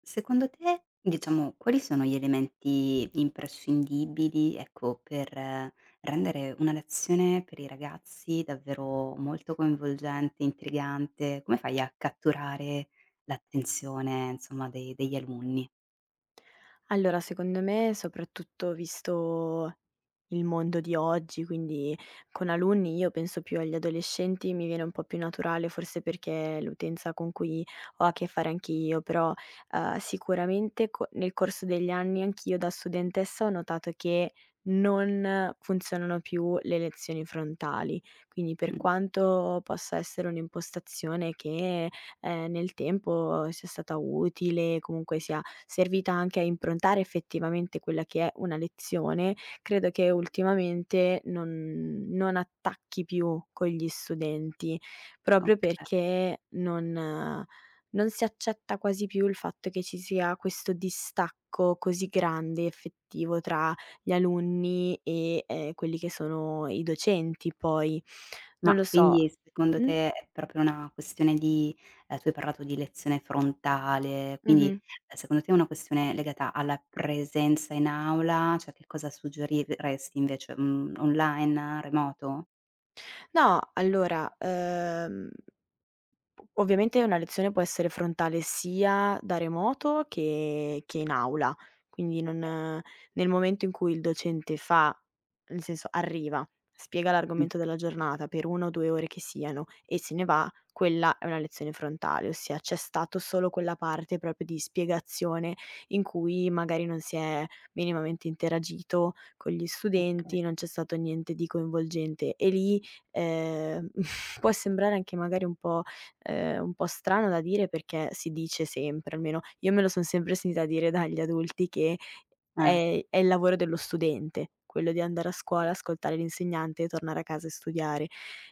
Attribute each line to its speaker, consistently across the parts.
Speaker 1: Secondo te, diciamo, quali sono gli elementi imprescindibili, ecco, per rendere una lezione per i ragazzi davvero molto coinvolgente, intrigante? Come fai a catturare l'attenzione, insomma, dei degli alunni?
Speaker 2: Allora, secondo me, soprattutto visto il mondo di oggi, quindi con alunni io penso più agli adolescenti, mi viene un po' più naturale, forse perché è l'utenza con cui ho a che fare anch'io, però, sicuramente co nel corso degli anni anch'io da studentessa ho notato che non funzionano più le lezioni frontali. Quindi per
Speaker 1: Mh,
Speaker 2: quanto possa essere un'impostazione che, nel tempo sia stata utile, comunque sia servita anche a improntare effettivamente quella che è una lezione, credo che ultimamente non attacchi più con gli studenti, proprio
Speaker 1: okay.
Speaker 2: perché non si accetta quasi più il fatto che ci sia questo distacco così grande, effettivo tra gli alunni e, quelli che sono i docenti poi. Non
Speaker 1: Ma
Speaker 2: lo so.
Speaker 1: quindi secondo
Speaker 2: Mh?
Speaker 1: te è proprio una questione di tu hai parlato di lezione frontale, quindi,
Speaker 2: Mh-mh.
Speaker 1: secondo te è una questione legata alla presenza in aula? Cioè che cosa suggeriresti invece, online, remoto?
Speaker 2: No, allora, ovviamente una lezione può essere frontale sia da remoto che in aula, quindi non nel momento in cui il docente fa, nel senso, arriva, spiega
Speaker 1: Mh,
Speaker 2: l'argomento della giornata per 1 o 2 ore che siano e se ne va, quella è una lezione frontale, ossia c'è stato solo quella parte proprio di spiegazione in cui magari non si è minimamente interagito con gli
Speaker 1: okay.
Speaker 2: studenti, non c'è stato niente di coinvolgente e lì, ehm, può sembrare anche magari un po' strano da dire, perché si dice sempre, almeno io me lo son sempre sentita dire dagli adulti, che
Speaker 1: Eh.
Speaker 2: è il lavoro dello studente, quello di andare a scuola, ascoltare l'insegnante e tornare a casa e studiare.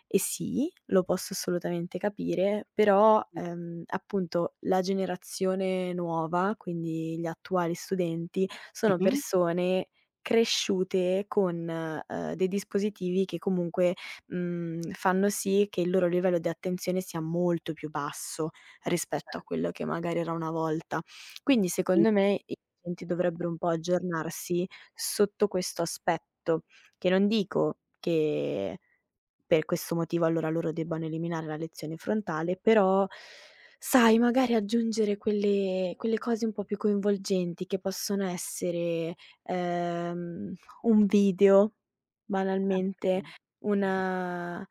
Speaker 2: E sì, lo posso assolutamente capire, però, appunto la generazione nuova, quindi gli attuali studenti, sono
Speaker 1: Mh-mh.
Speaker 2: persone cresciute con, dei dispositivi che comunque, fanno sì che il loro livello di attenzione sia molto più basso rispetto a quello che magari era una volta. Quindi
Speaker 1: Sì.
Speaker 2: secondo me i docenti dovrebbero un po' aggiornarsi sotto questo aspetto, che non dico che per questo motivo allora loro debbano eliminare la lezione frontale, però sai, magari aggiungere quelle cose un po' più coinvolgenti che possono essere, ehm, un video banalmente, una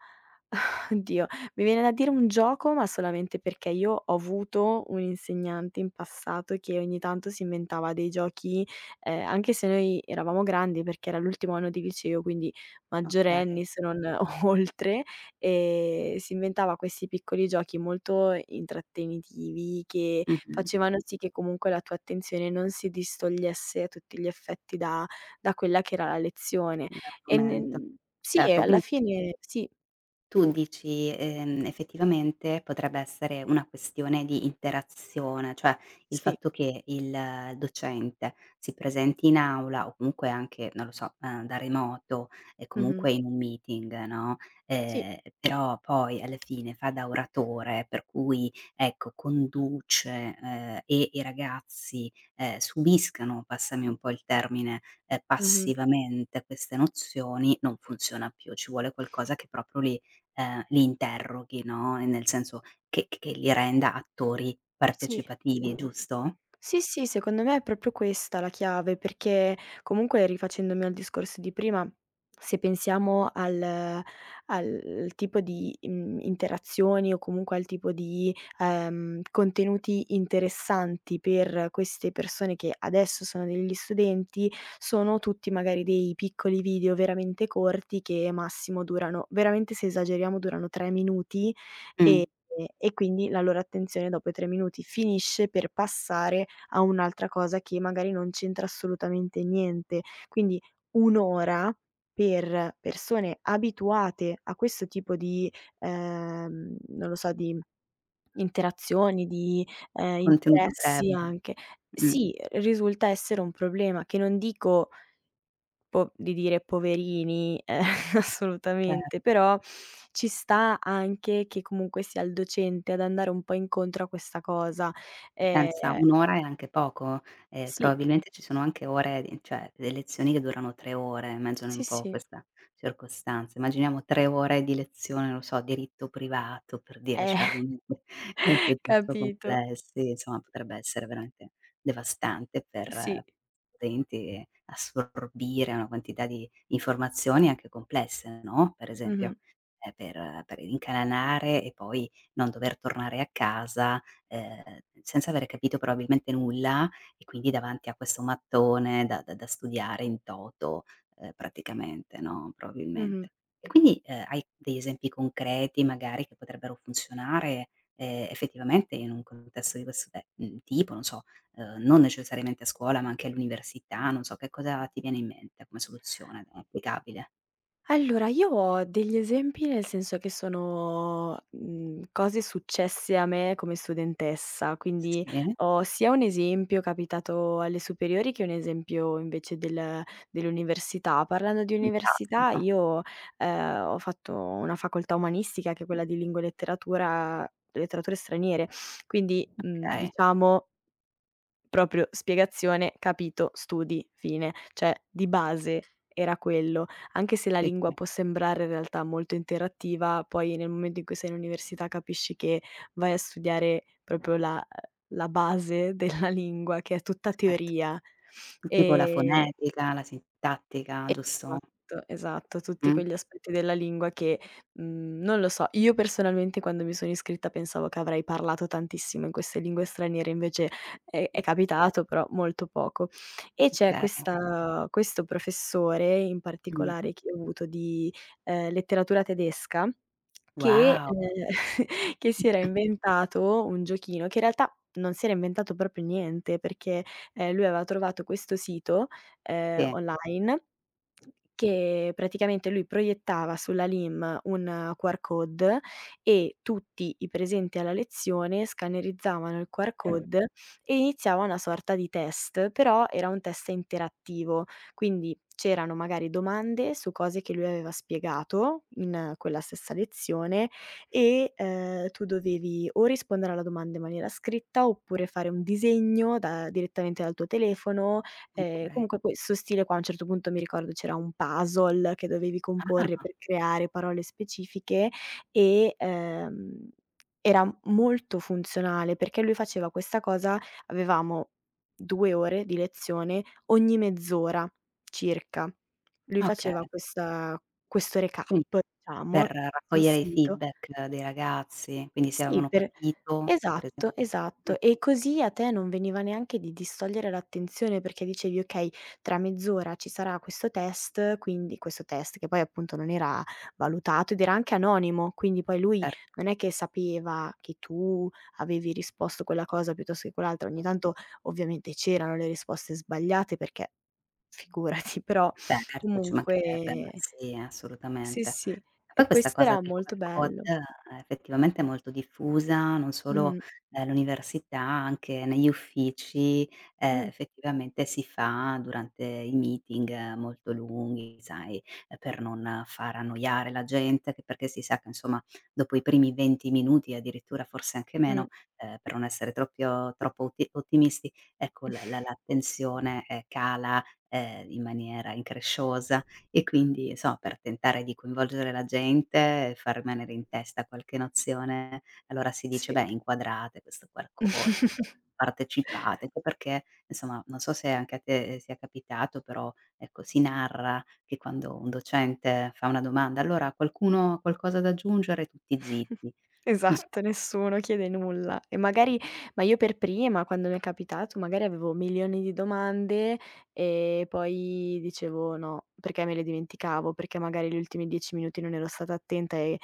Speaker 2: oddio, mi viene da dire un gioco, ma solamente perché io ho avuto un insegnante in passato che ogni tanto si inventava dei giochi, anche se noi eravamo grandi perché era l'ultimo anno di liceo, quindi
Speaker 1: Okay. Okay.
Speaker 2: maggiorenni se non oltre, si inventava questi piccoli giochi molto intrattenitivi che
Speaker 1: Mh-mh.
Speaker 2: facevano sì che comunque la tua attenzione non si distogliesse a tutti gli effetti da quella che era la lezione. E
Speaker 1: L'argomento.
Speaker 2: n sì, e
Speaker 1: Certo,
Speaker 2: alla
Speaker 1: quindi
Speaker 2: fine sì,
Speaker 1: tu dici, effettivamente potrebbe essere una questione di interazione, cioè il
Speaker 2: sì.
Speaker 1: fatto che il docente si presenti in aula o comunque anche, non lo so, da remoto e
Speaker 2: Mh-mh.
Speaker 1: comunque in un meeting, no,
Speaker 2: Sì.
Speaker 1: però poi alla fine fa da oratore, per cui ecco conduce, e i ragazzi, subiscano, passami un po' il termine,
Speaker 2: Mh-mh.
Speaker 1: passivamente queste nozioni, non funziona più. Ci vuole qualcosa che proprio li li interroghi, no, nel senso che li renda attori
Speaker 2: Sì.
Speaker 1: partecipativi, giusto?
Speaker 2: Sì, sì, secondo me è proprio questa la chiave, perché comunque, rifacendomi al discorso di prima, se pensiamo al tipo di, interazioni, o comunque al tipo di, contenuti interessanti per queste persone che adesso sono degli studenti, sono tutti magari dei piccoli video veramente corti che massimo durano, veramente, se esageriamo, durano 3 minuti, ehm,
Speaker 1: Mh,
Speaker 2: e quindi la loro attenzione dopo i 3 minuti finisce per passare a un'altra cosa che magari non c'entra assolutamente niente. Quindi 1 ora per persone abituate a questo tipo di, non lo so, di interazioni, di,
Speaker 1: contenuto
Speaker 2: interessi
Speaker 1: breve.
Speaker 2: anche,
Speaker 1: Mh,
Speaker 2: sì, risulta essere un problema che non dico, po di dire: "Poverini",
Speaker 1: ce
Speaker 2: assolutamente, però ci sta anche che comunque sia il docente ad andare un po' incontro a questa cosa. Ehm
Speaker 1: pensa, 1 ora è anche poco,
Speaker 2: sì,
Speaker 1: probabilmente ci sono anche ore di cioè le lezioni che durano 3 ore, immagino
Speaker 2: sì,
Speaker 1: un po'
Speaker 2: sì.
Speaker 1: questa circostanza. Immaginiamo 3 ore di lezione, non lo so, diritto privato per dire, cioè
Speaker 2: Eh,
Speaker 1: argomenti, piuttosto
Speaker 2: capito.
Speaker 1: complessi, insomma potrebbe essere veramente devastante per
Speaker 2: Sì.
Speaker 1: studenti e assorbire una quantità di informazioni anche complesse, no, per
Speaker 2: Mh-mh.
Speaker 1: esempio, per incanalare e poi non dover tornare a casa senza avere capito probabilmente nulla e quindi davanti a questo mattone da studiare in toto, praticamente, no,
Speaker 2: Mh-mh.
Speaker 1: probabilmente. E quindi, hai degli esempi concreti magari che potrebbero funzionare, effettivamente in un contesto di questo te tipo, non so, non necessariamente a scuola, ma anche all'università, non so, che cosa ti viene in mente come soluzione applicabile?
Speaker 2: Allora, io ho degli esempi, nel senso che sono, cose successe a me come studentessa, quindi
Speaker 1: Sì,
Speaker 2: ho sia un esempio capitato alle superiori che un esempio invece dell'università. Parlando di università,
Speaker 1: fantastico,
Speaker 2: io, ho fatto una facoltà umanistica che è quella di lingua e letteratura letterature straniere, quindi,
Speaker 1: okay.
Speaker 2: diciamo, proprio spiegazione, capito, studi, fine. Cioè, di base era quello. Anche se la
Speaker 1: Sì,
Speaker 2: lingua
Speaker 1: sì,
Speaker 2: può sembrare in realtà molto interattiva, poi nel momento in cui sei in università capisci che vai a studiare proprio la base della lingua, che è tutta
Speaker 1: certo.
Speaker 2: teoria.
Speaker 1: Tipo la
Speaker 2: Ehm
Speaker 1: fonetica, la sintattica, giusto?
Speaker 2: Esatto, esatto, tutti
Speaker 1: Mh,
Speaker 2: quegli aspetti della lingua che, non lo so, io personalmente, quando mi sono iscritta, pensavo che avrei parlato tantissimo in queste lingue straniere, invece è capitato, però molto poco. E c'è
Speaker 1: okay.
Speaker 2: questa questo professore in
Speaker 1: Mh.
Speaker 2: particolare che ho avuto di, letteratura tedesca che
Speaker 1: Wow!
Speaker 2: che si era inventato un giochino, che in realtà non si era inventato proprio niente, perché, lui aveva trovato questo sito,
Speaker 1: Sì,
Speaker 2: online, che praticamente lui proiettava sulla LIM un QR code e tutti i presenti alla lezione scannerizzavano il QR code, e iniziava una sorta di test, però era un test interattivo, quindi c'erano magari domande su cose che lui aveva spiegato in quella stessa lezione, e, tu dovevi o rispondere alla domanda in maniera scritta oppure fare un disegno da direttamente dal tuo telefono. Ehm,
Speaker 1: okay.
Speaker 2: comunque questo stile qua, a un certo punto mi ricordo c'era un puzzle che dovevi comporre
Speaker 1: Ah,
Speaker 2: per creare parole specifiche, e, era molto funzionale, perché lui faceva questa cosa: avevamo 2 ore di lezione, ogni mezz'ora circa lui
Speaker 1: okay.
Speaker 2: faceva questa questo recap,
Speaker 1: Quindi per
Speaker 2: diciamo, sul
Speaker 1: raccogliere i
Speaker 2: sito.
Speaker 1: feedback dei ragazzi, quindi se
Speaker 2: Sì,
Speaker 1: avevano
Speaker 2: per
Speaker 1: capito, per esem
Speaker 2: esatto,
Speaker 1: mh,
Speaker 2: esatto. E così a te non veniva neanche di distogliere l'attenzione perché dicevi: "Okay, tra mezz'ora ci sarà questo test, quindi"; questo test che poi appunto non era valutato ed era anche anonimo, quindi poi lui
Speaker 1: certo.
Speaker 2: non è che sapeva che tu avevi risposto quella cosa piuttosto che quell'altra. Ogni tanto ovviamente c'erano le risposte sbagliate, perché figurati, però
Speaker 1: Certo, ci mancherebbe, ma
Speaker 2: comunque
Speaker 1: sì,
Speaker 2: sì,
Speaker 1: assolutamente.
Speaker 2: sì.
Speaker 1: Poi
Speaker 2: E
Speaker 1: questa
Speaker 2: questo
Speaker 1: cosa
Speaker 2: era
Speaker 1: del
Speaker 2: molto
Speaker 1: QR code
Speaker 2: bello.
Speaker 1: effettivamente è molto diffusa, non solo,
Speaker 2: Mh-mh.
Speaker 1: all'università, anche negli uffici, effettivamente si fa durante i meeting molto lunghi, sai, per non far annoiare la gente, che perché si sa che insomma dopo i primi 20 minuti, addirittura forse anche
Speaker 2: Mh,
Speaker 1: meno, per non essere troppio troppo oti ottimisti, ecco
Speaker 2: mh.
Speaker 1: l'attenzione, cala in maniera incresciosa e quindi per tentare di coinvolgere la gente e far rimanere in testa qualche nozione, allora si dice:
Speaker 2: Sì.
Speaker 1: "Beh, inquadrate questo QR code, partecipate", anche perché insomma, non so se anche a te sia capitato, però ecco, si narra che quando un docente fa una domanda: "Allora qualcuno ha qualcosa da aggiungere?" Tutti zitti. Non so,
Speaker 2: Esatto, nessuno chiede nulla. E magari, ma io per prima, quando mi è capitato, magari avevo milioni di domande e poi dicevo no, perché me le dimenticavo, perché magari gli ultimi 10 minuti non ero stata attenta, e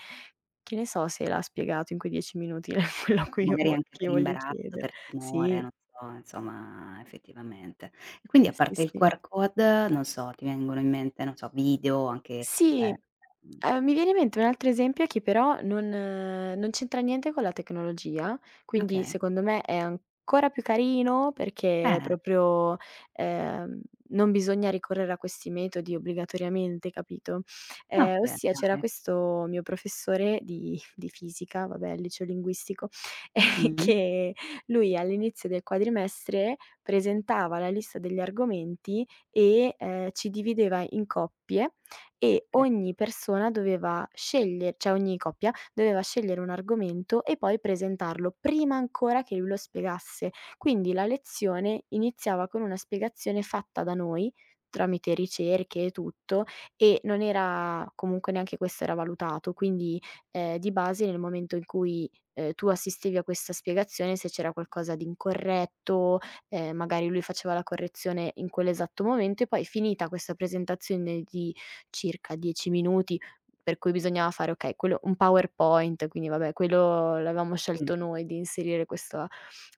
Speaker 2: che ne so se l'ha spiegato in quei 10 minuti quello a cui io
Speaker 1: magari
Speaker 2: vo
Speaker 1: anche
Speaker 2: che
Speaker 1: per
Speaker 2: io voglio
Speaker 1: imbarazzo,
Speaker 2: chiedere.
Speaker 1: per timore,
Speaker 2: Sì,
Speaker 1: non so, insomma, effettivamente. E quindi a
Speaker 2: sì,
Speaker 1: parte il
Speaker 2: sì.
Speaker 1: QR code, non so, ti vengono in mente, non so, video anche,
Speaker 2: Sì,
Speaker 1: ehm, mhmm,
Speaker 2: mi viene in mente un altro esempio che però non c'entra niente con la tecnologia, quindi
Speaker 1: okay.
Speaker 2: secondo me è ancora più carino, perché
Speaker 1: Eh,
Speaker 2: proprio, ehm, non bisogna ricorrere a questi metodi obbligatoriamente, capito? Ehm,
Speaker 1: okay,
Speaker 2: ossia c'era
Speaker 1: dai.
Speaker 2: questo mio professore di fisica, vabbè, al liceo linguistico,
Speaker 1: Mh-mh,
Speaker 2: che lui all'inizio del quadrimestre presentava la lista degli argomenti, e, ci divideva in coppie, e
Speaker 1: okay,
Speaker 2: ogni persona doveva, sceglier cioè ogni coppia, doveva scegliere un argomento e poi presentarlo prima ancora che lui lo spiegasse. Quindi la lezione iniziava con una spiegazione fatta da noi, tramite ricerche e tutto, e non era comunque, neanche questo era valutato, quindi, di base nel momento in cui, tu assistevi a questa spiegazione, se c'era qualcosa di incorretto, magari lui faceva la correzione in quell'esatto momento, e poi finita questa presentazione di circa 10 minuti, per cui bisognava fare, okay, quello, un PowerPoint, quindi vabbè, quello l'avevamo scelto
Speaker 1: sì.
Speaker 2: noi di inserire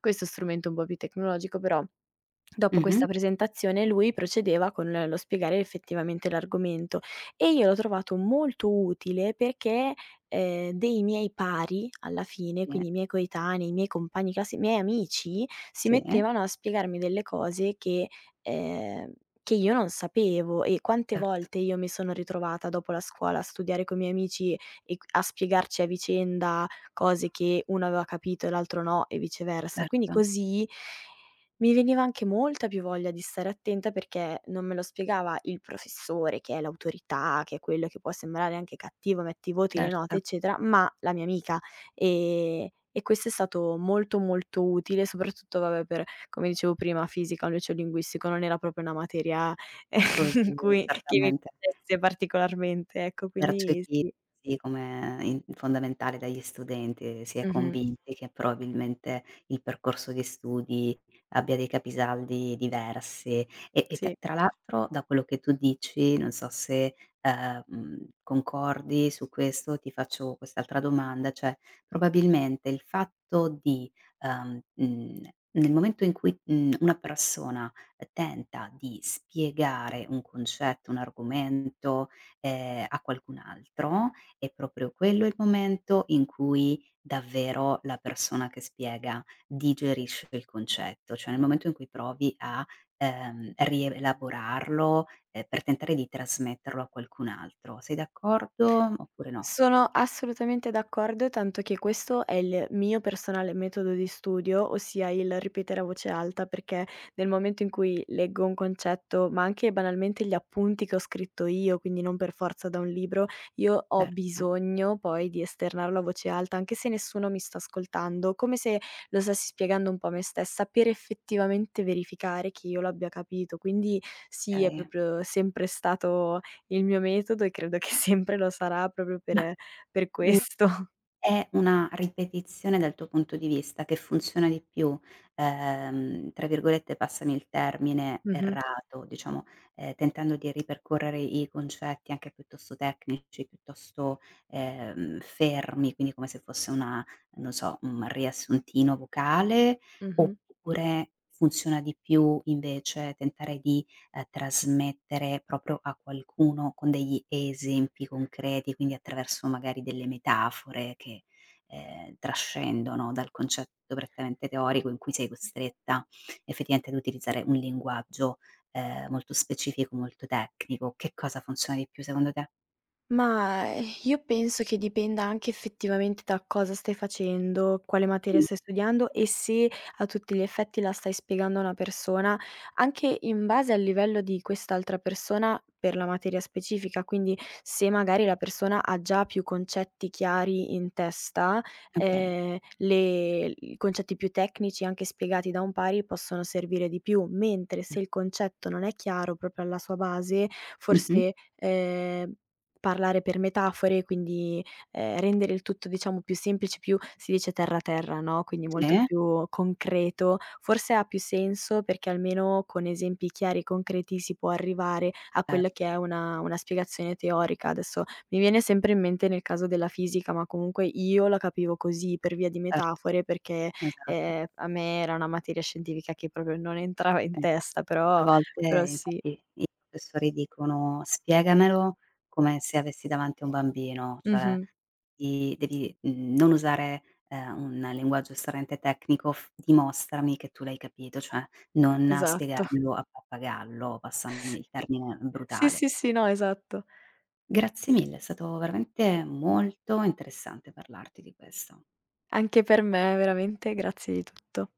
Speaker 2: questo strumento un po' più tecnologico, però. Dopo
Speaker 1: Mh-mh,
Speaker 2: questa presentazione lui procedeva con lo spiegare effettivamente l'argomento, e io l'ho trovato molto utile, perché, dei miei pari alla fine,
Speaker 1: sì,
Speaker 2: quindi i miei coetanei, i miei compagni classi, i miei amici, si
Speaker 1: sì,
Speaker 2: mettevano a spiegarmi delle cose ehm, che io non sapevo, e quante
Speaker 1: certo,
Speaker 2: volte io mi sono ritrovata dopo la scuola a studiare con i miei amici, e q a spiegarci a vicenda cose che uno aveva capito e l'altro no, e viceversa. Quindi
Speaker 1: certo,
Speaker 2: così mi veniva anche molta più voglia di stare attenta, perché non me lo spiegava il professore, che è l'autorità, che è quello che può sembrare anche cattivo, metti i voti, le note,
Speaker 1: certo.
Speaker 2: eccetera, ma la mia amica. E questo è stato molto, molto utile, soprattutto, vabbè, per, come dicevo prima, fisica, un liceo linguistico, non era proprio una materia eh,
Speaker 1: Così,
Speaker 2: in cui che mi
Speaker 1: certamente.
Speaker 2: piacesse particolarmente, ecco, quindi
Speaker 1: Percepiti
Speaker 2: sì.
Speaker 1: come in fondamentale dagli studenti, si è
Speaker 2: Mh-mh.
Speaker 1: convinti che probabilmente il percorso di studi abbia dei capisaldi diversi e
Speaker 2: Sì.
Speaker 1: t tra l'altro da quello che tu dici, non so se, concordi su questo, ti faccio quest'altra domanda, cioè probabilmente il fatto di, ehm, mhmm, nel momento in cui, una persona tenta di spiegare un concetto, un argomento, a qualcun altro, è proprio quello il momento in cui davvero la persona che spiega digerisce il concetto, cioè nel momento in cui provi a, rielaborarlo, per tentare di trasmetterlo a qualcun altro. Sei d'accordo oppure no?
Speaker 2: Sono assolutamente d'accordo, tanto che questo è il mio personale metodo di studio, ossia il ripetere a voce alta, perché nel momento in cui leggo un concetto, ma anche banalmente gli appunti che ho scritto io, quindi non per forza da un libro, io ho
Speaker 1: Certo.
Speaker 2: bisogno poi di esternarlo a voce alta, anche se nessuno mi sta ascoltando, come se lo stessi spiegando un po' a me stessa, per effettivamente verificare che io l'abbia capito. Quindi sì, è
Speaker 1: Okay.
Speaker 2: proprio sempre stato il mio metodo e credo che sempre lo sarà, proprio
Speaker 1: Ma
Speaker 2: per questo.
Speaker 1: È una ripetizione dal tuo punto di vista che funziona di più, tra virgolette, passami il termine,
Speaker 2: Mh-mh,
Speaker 1: "errato", diciamo, tentando di ripercorrere i concetti anche piuttosto tecnici, piuttosto, fermi, quindi come se fosse una non so, un riassuntino vocale,
Speaker 2: mh-mh.
Speaker 1: oppure funziona di più invece tentare di trasmettere proprio a qualcuno con degli esempi concreti, quindi attraverso magari delle metafore che, trascendono dal concetto prettamente teorico in cui sei costretta effettivamente ad utilizzare un linguaggio, molto specifico, molto tecnico. Che cosa funziona di più secondo te?
Speaker 2: Ma, io penso che dipenda anche effettivamente da cosa stai facendo, quale materia
Speaker 1: Mh,
Speaker 2: stai studiando, e se a tutti gli effetti la stai spiegando a una persona, anche in base al livello di quest'altra persona per la materia specifica. Quindi se magari la persona ha già più concetti chiari in testa,
Speaker 1: okay.
Speaker 2: le i concetti più tecnici anche spiegati da un pari possono servire di più, mentre se il concetto non è chiaro proprio alla sua base,
Speaker 1: Mh-mh.
Speaker 2: forse, parlare per metafore, quindi, rendere il tutto, diciamo, più semplice, più, si dice, terra terra, no, quindi molto
Speaker 1: Sì,
Speaker 2: più concreto. Forse ha più senso, perché almeno con esempi chiari e concreti si può arrivare a quella che
Speaker 1: certo,
Speaker 2: è una spiegazione teorica. Adesso mi viene sempre in mente nel caso della fisica, ma comunque io la capivo così per via di
Speaker 1: certo,
Speaker 2: metafore, perché,
Speaker 1: esatto,
Speaker 2: a me era una materia scientifica che proprio non entrava in
Speaker 1: sì.
Speaker 2: testa,
Speaker 1: A
Speaker 2: però
Speaker 1: volte
Speaker 2: però sì.
Speaker 1: infatti i professori dicono: "Spiegamelo come se avessi davanti a un bambino", cioè
Speaker 2: Mh-mh.
Speaker 1: i devi, non usare, un linguaggio estremamente tecnico, f dimostrami che tu l'hai capito, cioè non
Speaker 2: Esatto.
Speaker 1: spiegarmelo a pappagallo, passami
Speaker 2: Sì.
Speaker 1: il termine
Speaker 2: Sì,
Speaker 1: brutale.
Speaker 2: sì, sì, no, esatto.
Speaker 1: Grazie mille, è stato veramente molto interessante parlarti di questo.
Speaker 2: Anche per me, veramente, grazie di tutto.